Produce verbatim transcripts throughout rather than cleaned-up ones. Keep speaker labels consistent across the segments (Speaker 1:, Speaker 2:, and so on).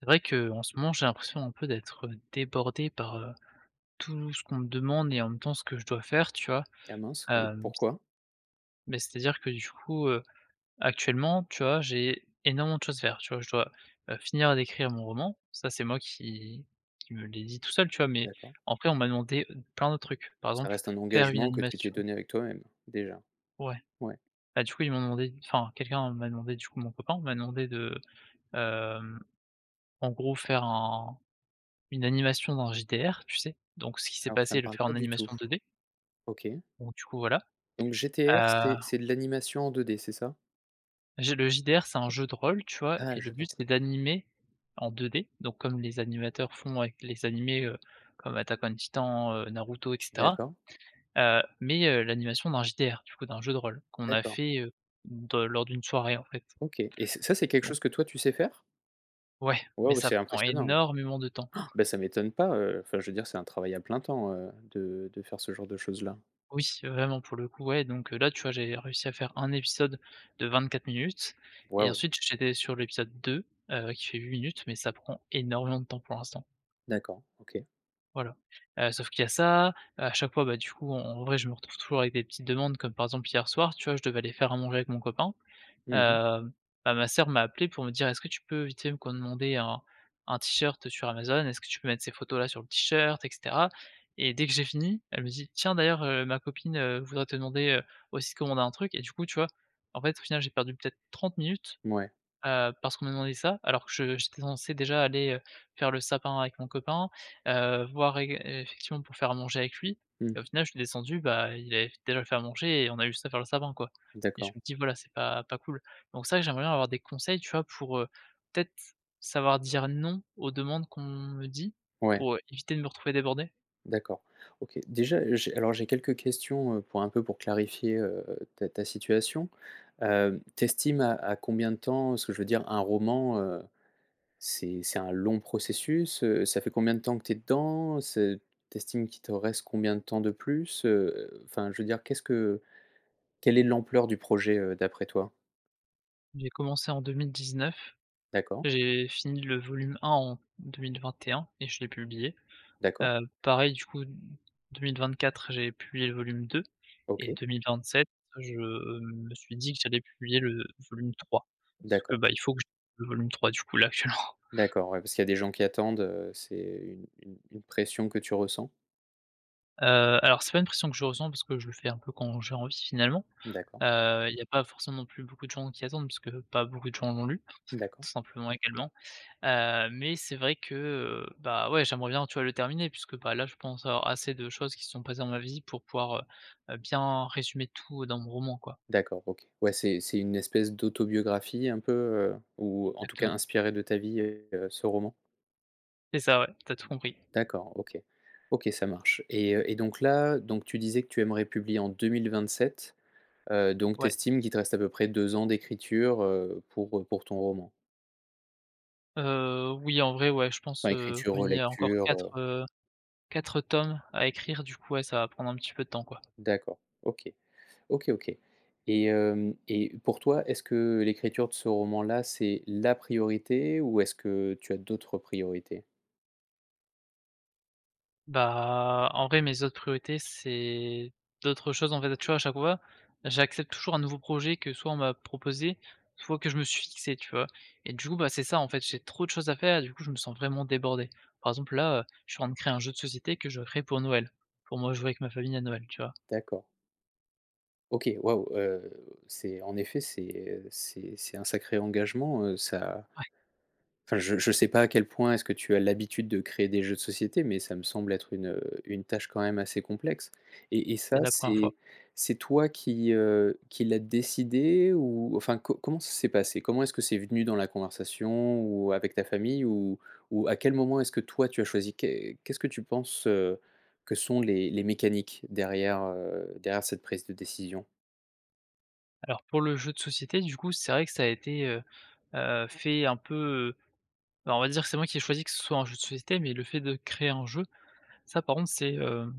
Speaker 1: C'est vrai qu'en ce moment, j'ai l'impression un peu d'être, débordé par, heu, tout ce qu'on me demande et en même temps ce que je dois faire, tu vois?
Speaker 2: Ah mince, heu,
Speaker 1: Hem,
Speaker 2: pourquoi?
Speaker 1: mais c'est-à-dire que du coup, heu, actuellement, tu vois, j'ai énormément de choses à faire, tu vois? Je dois, heu, finir d'écrire mon roman. Ça, c'est moi qui qui me l'ai dit tout seul, tu vois? Mais
Speaker 2: D'accord.
Speaker 1: après, on m'a demandé, plein d'autres trucs. Par
Speaker 2: Ça
Speaker 1: exemple,
Speaker 2: reste un
Speaker 1: faire une
Speaker 2: engagement que tu
Speaker 1: animation.
Speaker 2: t'es donné avec toi-même, déjà.
Speaker 1: Ouais.
Speaker 2: Ouais,
Speaker 1: Bah, du coup, ils m'ont demandé enfin, quelqu'un m'a demandé, du coup, mon copain m'a demandé de, hem, en gros, faire un une animation dans J D R, tu sais? Donc ce qui s'est
Speaker 2: alors ça
Speaker 1: passé,
Speaker 2: me
Speaker 1: le
Speaker 2: parle
Speaker 1: faire
Speaker 2: pas
Speaker 1: en
Speaker 2: du tout.
Speaker 1: animation deux D.
Speaker 2: OK.
Speaker 1: Donc du coup voilà,
Speaker 2: Donc G T R,
Speaker 1: heu,
Speaker 2: c'est c'est de l'animation en deux D, c'est ça?
Speaker 1: j'ai le J D R, c'est un jeu de rôle, tu vois?
Speaker 2: Ah,
Speaker 1: Et le
Speaker 2: je de
Speaker 1: but,
Speaker 2: OK.
Speaker 1: c'est d'animer en deux D, donc comme les animateurs font avec les animés, heu, comme Attack on Titan, heu, Naruto et cetera.
Speaker 2: D'accord,
Speaker 1: Heu, mais heu, l'animation d'un J D R, du coup d'un jeu de rôle qu'on a
Speaker 2: d'accord.
Speaker 1: fait, heu, de lors d'une soirée en fait.
Speaker 2: OK et ç ça, c'est quelque
Speaker 1: Donc
Speaker 2: chose que toi, tu sais faire?
Speaker 1: ouais, mais
Speaker 2: Waouh,
Speaker 1: ça
Speaker 2: c'est
Speaker 1: prend
Speaker 2: impressionnant.
Speaker 1: énormément de temps.
Speaker 2: Ah, bah, ça m'étonne pas, heu, enfin, je veux dire, c'est un travail à plein temps, heu, de de faire ce genre de choses-là.
Speaker 1: Oui, vraiment pour le coup, ouais, donc, heu, là, tu vois, j'ai réussi à faire un épisode de vingt-quatre minutes et
Speaker 2: Waouh,
Speaker 1: ensuite j'étais sur l'épisode deux heu, qui fait huit minutes, mais ça prend énormément de temps pour l'instant,
Speaker 2: d'accord, OK.
Speaker 1: voilà. Heu, sauf qu'il y a ça, à chaque fois, bah, du coup, en en vrai, je me retrouve toujours avec des petites demandes comme, par exemple, hier soir, tu vois, je devais aller faire à manger avec mon copain.
Speaker 2: Mmh mh.
Speaker 1: Hem, bah, ma sœur m'a appelé pour me dire: «Est-ce que tu peux vite fait me commander un un t-shirt sur Amazon? Est-ce que tu peux mettre ces photos-là sur le t-shirt?» et cetera et dès que j'ai fini, elle me dit: «Tiens d'ailleurs, heu, ma copine, heu, voudrait te demander, heu, aussi de commander un truc» et du coup, tu vois, en fait, au final, j'ai perdu peut-être trente minutes.
Speaker 2: Mouais.
Speaker 1: Heu, parce qu'on m'a demandé ça, alors que je j'étais censé déjà aller, heu, faire le sapin avec mon copain, heu, voir ég effectivement pour faire à manger avec lui
Speaker 2: Mmh.
Speaker 1: et au final je suis descendu, bah, il avait déjà fait à manger et on a eu juste à faire le sapin, quoi et je
Speaker 2: D'accord.
Speaker 1: me dis: «Voilà, c'est pas pas cool». Donc ça, j'aimerais bien avoir des conseils, tu vois, pour, heu, peut-être savoir dire non aux demandes qu'on me dit,
Speaker 2: Ouais.
Speaker 1: pour, heu, éviter de me retrouver débordé.
Speaker 2: D'accord. OK. Déjà, j'ai alors j'ai quelques questions, heu, pour un peu pour clarifier, heu, ta ta situation. Hem, tu à à combien de temps, ce que je veux dire, un roman, heu, c'est c'est un long processus, heu, ça fait combien de temps que tu es dedans? C'est tu qu'il te reste combien de temps de plus? Heu, enfin, je veux dire, qu'est-ce que quelle est l'ampleur du projet, heu, d'après toi?
Speaker 1: J'ai commencé en deux mille dix-neuf,
Speaker 2: D'accord,
Speaker 1: j'ai fini le volume un en deux mille vingt et un et un et je l'ai publié.
Speaker 2: d'accord,
Speaker 1: Heu, pareil du coup, deux mille vingt-quatre j'ai publié le volume deux et
Speaker 2: OK,
Speaker 1: deux mille vingt-sept je me suis dit que j'allais publier le volume trois. Parce que,
Speaker 2: d'accord,
Speaker 1: bah, il faut que je le volume trois du coup là actuellement.
Speaker 2: d'accord, ouais, parce qu'il y a des gens qui attendent, heu, c'est une une une pression que tu ressens?
Speaker 1: Heu, alors c'est pas une pression que je ressens parce que je le fais un peu quand j'ai envie finalement.
Speaker 2: D'accord,
Speaker 1: Heu, il n'y a pas forcément non plus beaucoup de gens qui attendent parce que pas beaucoup de gens l'ont lu,
Speaker 2: d'accord.
Speaker 1: tout simplement également. Heu, mais c'est vrai que, heu, bah, ouais j'aimerais bien tu vois le terminer puisque, bah, là je pense avoir assez de choses qui se sont passées dans ma vie pour pouvoir, heu bien résumer tout dans mon roman quoi.
Speaker 2: D'accord, OK. Ouais, c'est c'est une espèce d'autobiographie un peu, heu, ou en tout cas
Speaker 1: Exactement.
Speaker 2: inspirée de ta vie, heu, ce roman?
Speaker 1: C'est ça, ouais, t'as tout compris.
Speaker 2: D'accord, OK. OK, ça marche et heu et donc là, donc tu disais que tu aimerais publier en deux mille vingt-sept, heu, donc tu
Speaker 1: Ouais,
Speaker 2: estimes qu'il te reste à peu près deux ans d'écriture, heu, pour, pour ton roman?
Speaker 1: heu, oui, en vrai, ouais, je pense,
Speaker 2: Enfin
Speaker 1: heu,
Speaker 2: écriture,
Speaker 1: comme il y a encore
Speaker 2: relecture, heu
Speaker 1: quatre, heu, quatre tomes à écrire, du coup, ouais, ça va prendre un petit peu de temps, quoi.
Speaker 2: d'accord, OK. OK, OK et hem et pour toi, est-ce que l'écriture de ce roman-là, c'est la priorité ou est-ce que tu as d'autres priorités?
Speaker 1: Bah, en vrai, mes autres priorités, c'est d'autres choses, en fait, tu vois, à chaque fois, j'accepte toujours un nouveau projet que soit on m'a proposé, soit que je me suis fixé, tu vois? Et du coup, bah, c'est ça, en fait, j'ai trop de choses à faire du coup, je me sens vraiment débordé. Par exemple, là, heu, je suis en train de créer un jeu de société que je crée pour Noël, pour moi, jouer avec ma famille à Noël, tu vois?
Speaker 2: D'accord. OK, waouh, heu, c'est en effet, c'est, euh, c'est c'est un sacré engagement, heu, ça.
Speaker 1: Ouais,
Speaker 2: Enfin, je ne sais pas à quel point est-ce que tu as l'habitude de créer des jeux de société, mais ça me semble être une, heu, une tâche quand même assez complexe et et
Speaker 1: c'est
Speaker 2: ça,
Speaker 1: la première fois.
Speaker 2: c'est c'est toi qui, heu, qui l'a décidé ou enfin, co comment ça s'est passé? Comment est-ce que c'est venu dans la conversation ou avec ta famille ou ou à quel moment est-ce que toi tu as choisi? Qu'est qu'est-ce que tu penses, heu, que sont les les mécaniques derrière, heu, derrière cette prise de décision?
Speaker 1: Alors pour le jeu de société, du coup, c'est vrai que ça a été, heu heu, fait un peu, heu, bah, on va dire que c'est moi qui ai choisi que ce soit un jeu de société, mais le fait de créer un jeu, ça par contre c'est, hem,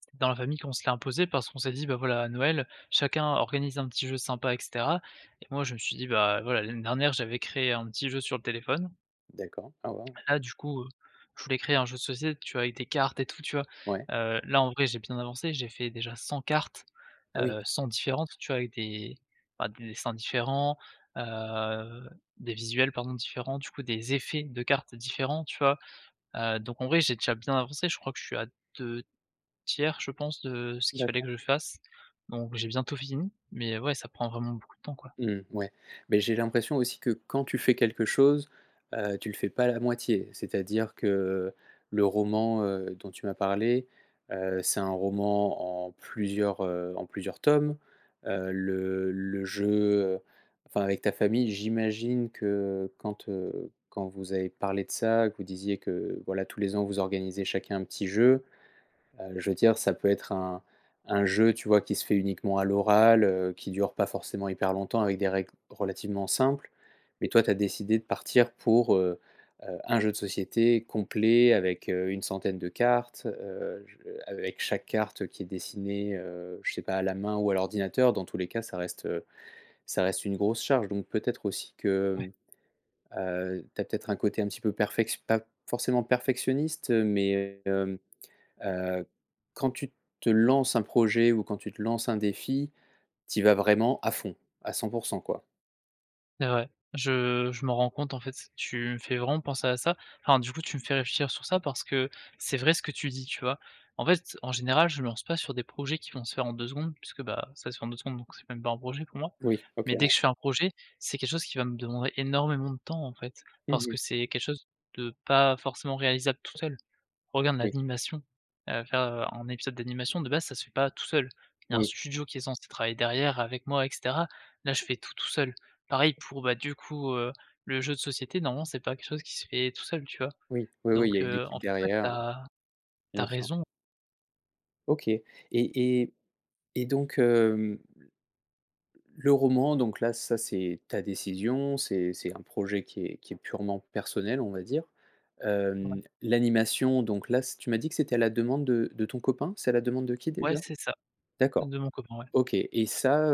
Speaker 1: c'est dans la famille qu'on se l'a imposé parce qu'on s'est dit: «Bah, voilà, à Noël, chacun organise un petit jeu sympa et cetera» et moi je me suis dit: «Bah, voilà, l'année dernière j'avais créé un petit jeu sur le téléphone».
Speaker 2: D'accord. Ah waouh!
Speaker 1: Là, du coup, heu, je voulais créer un jeu de société, tu vois? Avec des cartes et tout, tu vois?
Speaker 2: Ouais.
Speaker 1: Heu, là, en vrai, j'ai bien avancé. J'ai fait déjà cent cartes,
Speaker 2: Ah oui.
Speaker 1: heu, cent différentes, tu vois? Avec des bah, des dessins différents, heu, des visuels, pardon, différents, du coup, des effets de cartes différents, tu vois? Heu, donc en vrai, j'ai déjà bien avancé. Je crois que je suis à deux tiers je pense, de ce qu'il fallait que je fasse. Donc j'ai bientôt fini, mais ouais, ça prend vraiment beaucoup de temps, quoi.
Speaker 2: Mmh, ouais. Mais j'ai l'impression aussi que quand tu fais quelque chose, heu, tu le fais pas à la moitié. C'est-à-dire que le roman, heu, dont tu m'as parlé, heu, c'est un roman en plusieurs, heu, en plusieurs tomes. Heu, le le jeu, euh, enfin avec ta famille, j'imagine que quand, heu, quand vous avez parlé de ça, que vous disiez que voilà tous les ans vous organisez chacun un petit jeu. Heu, je veux dire, ça peut être un un jeu, tu vois, qui se fait uniquement à l'oral, heu, qui dure pas forcément hyper longtemps avec des règles relativement simples. Mais toi, tu as décidé de partir pour, heu heu, un jeu de société complet avec, heu, une centaine de cartes, heu, je avec chaque carte qui est dessinée, heu, je sais pas, à la main ou à l'ordinateur. Dans tous les cas, ça reste, heu, ça reste une grosse charge. Donc peut-être aussi
Speaker 1: Ouais.
Speaker 2: que, hem, tu as peut-être un côté un petit peu perfectio pas forcément perfectionniste, mais, euh, Heu, quand tu te lances un projet ou quand tu te lances un défi, tu vas vraiment à fond, à cent pour cent, quoi.
Speaker 1: C'est vrai. Je je m'en rends compte, en fait, tu me fais vraiment penser à ça. Enfin, du coup, tu me fais réfléchir sur ça parce que c'est vrai ce que tu dis, tu vois? En fait, en général, je me lance pas sur des projets qui vont se faire en deux secondes puisque, bah, ça se fait en deux secondes, donc c'est même pas un projet pour moi.
Speaker 2: Oui, OK,
Speaker 1: Mais dès
Speaker 2: ouais.
Speaker 1: que je fais un projet, c'est quelque chose qui va me demander énormément de temps, en fait, parce que
Speaker 2: Mmh.
Speaker 1: c'est quelque chose de pas forcément réalisable tout seul. Regarde
Speaker 2: Oui,
Speaker 1: l'animation, heu, faire, heu, un épisode d'animation, de base, ça se fait pas tout seul. Il y a un
Speaker 2: oui,
Speaker 1: studio qui est censé travailler derrière avec moi et cetera. Là, je fais tout, tout seul. Pareil pour, bah, du coup, heu, le jeu de société, normalement, c'est pas quelque chose qui se fait tout seul, tu vois?
Speaker 2: oui, oui, oui, il y
Speaker 1: Donc
Speaker 2: a une
Speaker 1: heu,
Speaker 2: équipe
Speaker 1: en fait, ouais,
Speaker 2: derrière,
Speaker 1: t'as as
Speaker 2: bien sûr.
Speaker 1: raison.
Speaker 2: OK et et et donc, hem, le roman, donc là, ça, c'est ta décision, c'est c'est un projet qui est qui est purement personnel, on va dire.
Speaker 1: Ouais,
Speaker 2: Hem, l'animation, donc là, c tu m'as dit que c'était à la demande de de ton copain? C'est à la demande de qui
Speaker 1: ouais,
Speaker 2: déjà?
Speaker 1: c'est ça,
Speaker 2: D'accord,
Speaker 1: de mon copain, ouais.
Speaker 2: OK et ça,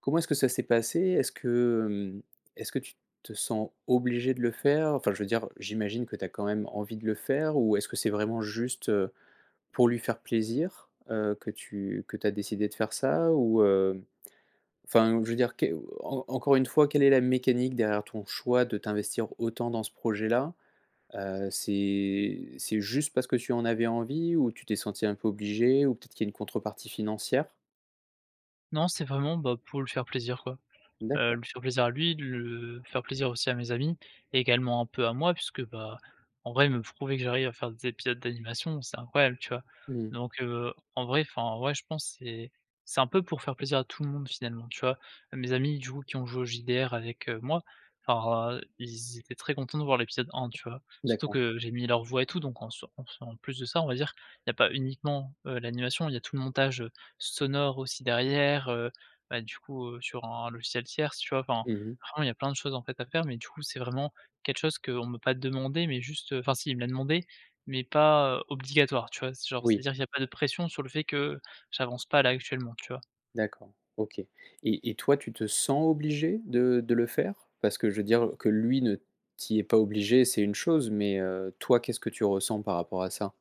Speaker 2: comment est-ce que ça s'est passé? Est-ce que, hem, est-ce que tu te sens obligé de le faire? Enfin, je veux dire, j'imagine que tu as quand même envie de le faire ou est-ce que c'est vraiment juste, heu, pour lui faire plaisir, heu, que tu que tu as décidé de faire ça? Ou, heu, enfin, je veux dire, que en encore une fois, quelle est la mécanique derrière ton choix de t'investir autant dans ce projet-là? Heu, c'est c'est juste parce que tu en avais envie ou tu t'es senti un peu obligé ou peut-être qu'il y a une contrepartie financière?
Speaker 1: Non, c'est vraiment, bah, pour le faire plaisir, quoi. Heu,
Speaker 2: D'accord.
Speaker 1: lui faire plaisir à lui, le faire plaisir aussi à mes amis et également un peu à moi puisque, bah, en vrai, me prouver que j'arrive à faire des épisodes d'animation, c'est incroyable, tu vois?
Speaker 2: Mmh.
Speaker 1: Donc heu, en vrai, enfin, ouais, je pense que c'est c'est un peu pour faire plaisir à tout le monde finalement, tu vois? Mes amis, du coup, qui ont joué au J D R avec, heu, moi, enfin, heu, ils étaient très contents de voir l'épisode un, tu vois? Surtout
Speaker 2: D'accord.
Speaker 1: que j'ai mis leur voix et tout donc en soi en en plus de ça, on va dire, il y a pas uniquement, heu, l'animation, il y a tout le montage, heu, sonore aussi derrière, bah, du coup, heu, sur un logiciel tierce, tu vois? Enfin,
Speaker 2: Mmh.
Speaker 1: vraiment il y a plein de choses en fait à faire, mais du coup, c'est vraiment quelque chose qu'on ne m'a pas demandé, mais juste, heu enfin si, il me l'a demandé, mais pas, heu, obligatoire, tu vois? C'est genre,
Speaker 2: Oui.
Speaker 1: c'est-à-dire qu'il y a pas de pression sur le fait que j'avance pas là actuellement, tu vois?
Speaker 2: D'accord, OK et et toi, tu te sens obligé de de le faire? Parce que je veux dire que lui ne t'y est pas obligé, c'est une chose, mais heu, toi, qu'est-ce que tu ressens par rapport à ça?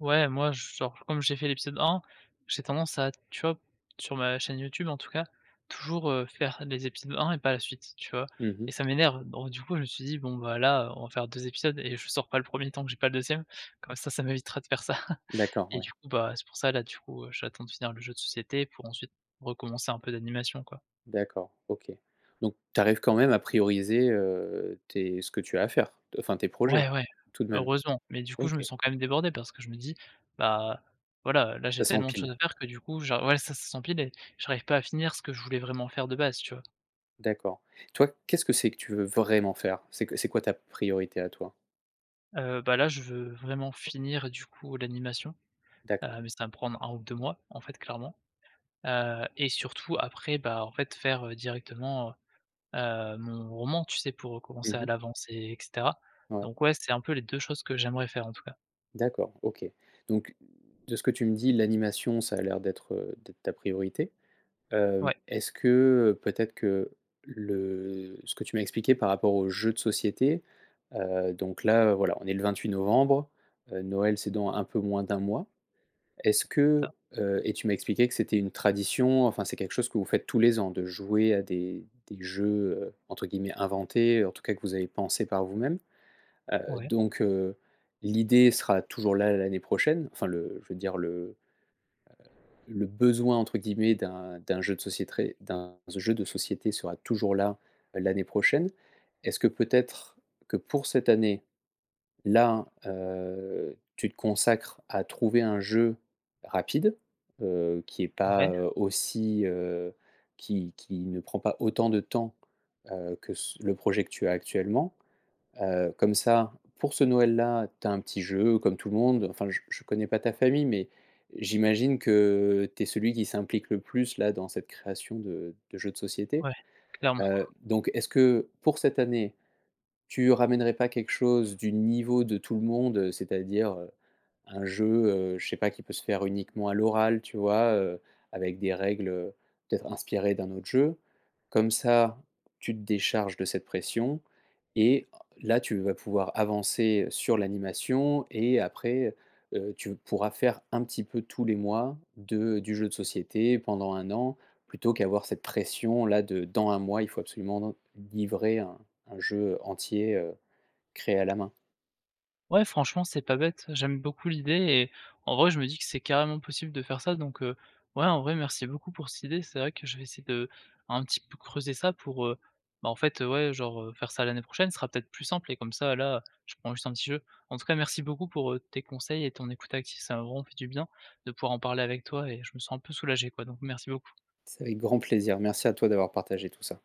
Speaker 1: Ouais, moi j genre comme j'ai fait l'épisode un j'ai tendance à, tu vois? Sur ma chaîne YouTube en tout cas, toujours, heu, faire les épisodes un et pas la suite, tu vois?
Speaker 2: Mmh.
Speaker 1: Et ça m'énerve, donc du coup, je me suis dit: «Bon, bah, là, on va faire deux épisodes et je sors pas le premier tant que j'ai pas le deuxième comme ça, ça m'évitera de faire ça».
Speaker 2: D'accord,
Speaker 1: Et du
Speaker 2: ouais.
Speaker 1: coup, bah, c'est pour ça là, du coup, heu, j'attends de finir le jeu de société pour ensuite recommencer un peu d'animation, quoi.
Speaker 2: D'accord, OK. Donc tu arrives quand même à prioriser, heu, tes ce que tu as à faire, enfin tes projets,
Speaker 1: Ouais, ouais,
Speaker 2: tout de même?
Speaker 1: heureusement, mais du coup, je
Speaker 2: OK,
Speaker 1: me sens quand même débordé parce que je me dis: «Bah, voilà, là, j'ai
Speaker 2: ça
Speaker 1: tellement de choses
Speaker 2: s'empile.
Speaker 1: à faire que du coup, j'ar ouais, ça ça s'empile et j'arrive pas à finir ce que je voulais vraiment faire de base», tu vois?
Speaker 2: D'accord. Toi, qu'est-ce que c'est que tu veux vraiment faire? C'est que c'est quoi ta priorité à toi?
Speaker 1: Heu, bah, là, je veux vraiment finir du coup l'animation, heu,
Speaker 2: D'accord.
Speaker 1: mais ça va me prendre un ou deux mois, en fait, clairement, heu et surtout après, bah, en fait, faire, heu, directement, heu heu, mon roman, tu sais, pour commencer à
Speaker 2: Mmh.
Speaker 1: l'avancer et cetera.
Speaker 2: Ouais.
Speaker 1: Donc ouais, c'est un peu les deux choses que j'aimerais faire en tout cas.
Speaker 2: D'accord, OK. Donc, de ce que tu me dis, l'animation, ça a l'air d'être, heu, d'être ta priorité. Hem,
Speaker 1: Ouais,
Speaker 2: est-ce que, heu, peut-être que le ce que tu m'as expliqué par rapport aux jeux de société, heu, donc là, heu, voilà, on est le vingt-huit novembre, heu, Noël, c'est dans un peu moins d'un mois. Est-ce
Speaker 1: c'est
Speaker 2: que,
Speaker 1: ça.
Speaker 2: heu et tu m'as expliqué que c'était une tradition, enfin, c'est quelque chose que vous faites tous les ans de jouer à des des jeux, heu, entre guillemets «inventés», en tout cas que vous avez pensé par vous-même. Heu,
Speaker 1: Ouais,
Speaker 2: donc heu, l'idée sera toujours là l'année prochaine, enfin le je veux dire le le «besoin» entre guillemets d'un d'un jeu de société, d'un jeu de société sera toujours là euh, l'année prochaine. Est-ce que peut-être que pour cette année, là, heu, tu te consacres à trouver un jeu rapide, heu, qui est pas,
Speaker 1: ouais,
Speaker 2: heu, aussi, heu, qui qui ne prend pas autant de temps, heu, que ce le projet que tu as actuellement? Heu, comme ça, pour ce Noël-là, tu as un petit jeu comme tout le monde. Enfin, je je connais pas ta famille, mais j'imagine que tu es celui qui s'implique le plus là, dans cette création de de jeux de société.
Speaker 1: ouais, clairement.
Speaker 2: Heu, donc est-ce que pour cette année, tu ramènerais pas quelque chose du niveau de tout le monde, heu, c'est-à-dire, heu, un jeu, heu, je sais pas, qui peut se faire uniquement à l'oral, tu vois? Heu, avec des règles, heu, peut-être inspirées d'un autre jeu. Comme ça, tu te décharges de cette pression et là, tu vas pouvoir avancer sur l'animation et après, heu, tu pourras faire un petit peu tous les mois de du jeu de société pendant un an. Plutôt qu'avoir cette pression là de dans un mois, il faut absolument livrer un un jeu entier, heu, créé à la main.
Speaker 1: Ouais, franchement, c'est pas bête. J'aime beaucoup l'idée et en vrai, je me dis que c'est carrément possible de faire ça. Donc, heu, ouais, en vrai, merci beaucoup pour cette idée. C'est vrai que je vais essayer de un petit peu creuser ça pour, heu, bah, en fait, euh, ouais, genre, heu, faire ça l'année prochaine, ce sera peut-être plus simple et comme ça, là, je prends juste un petit jeu. En tout cas, merci beaucoup pour, heu, tes conseils et ton écoute active. Ça m'a vraiment fait du bien de pouvoir en parler avec toi et je me sens un peu soulagé, quoi. Donc merci beaucoup.
Speaker 2: C'est avec grand plaisir. Merci à toi d'avoir partagé tout ça.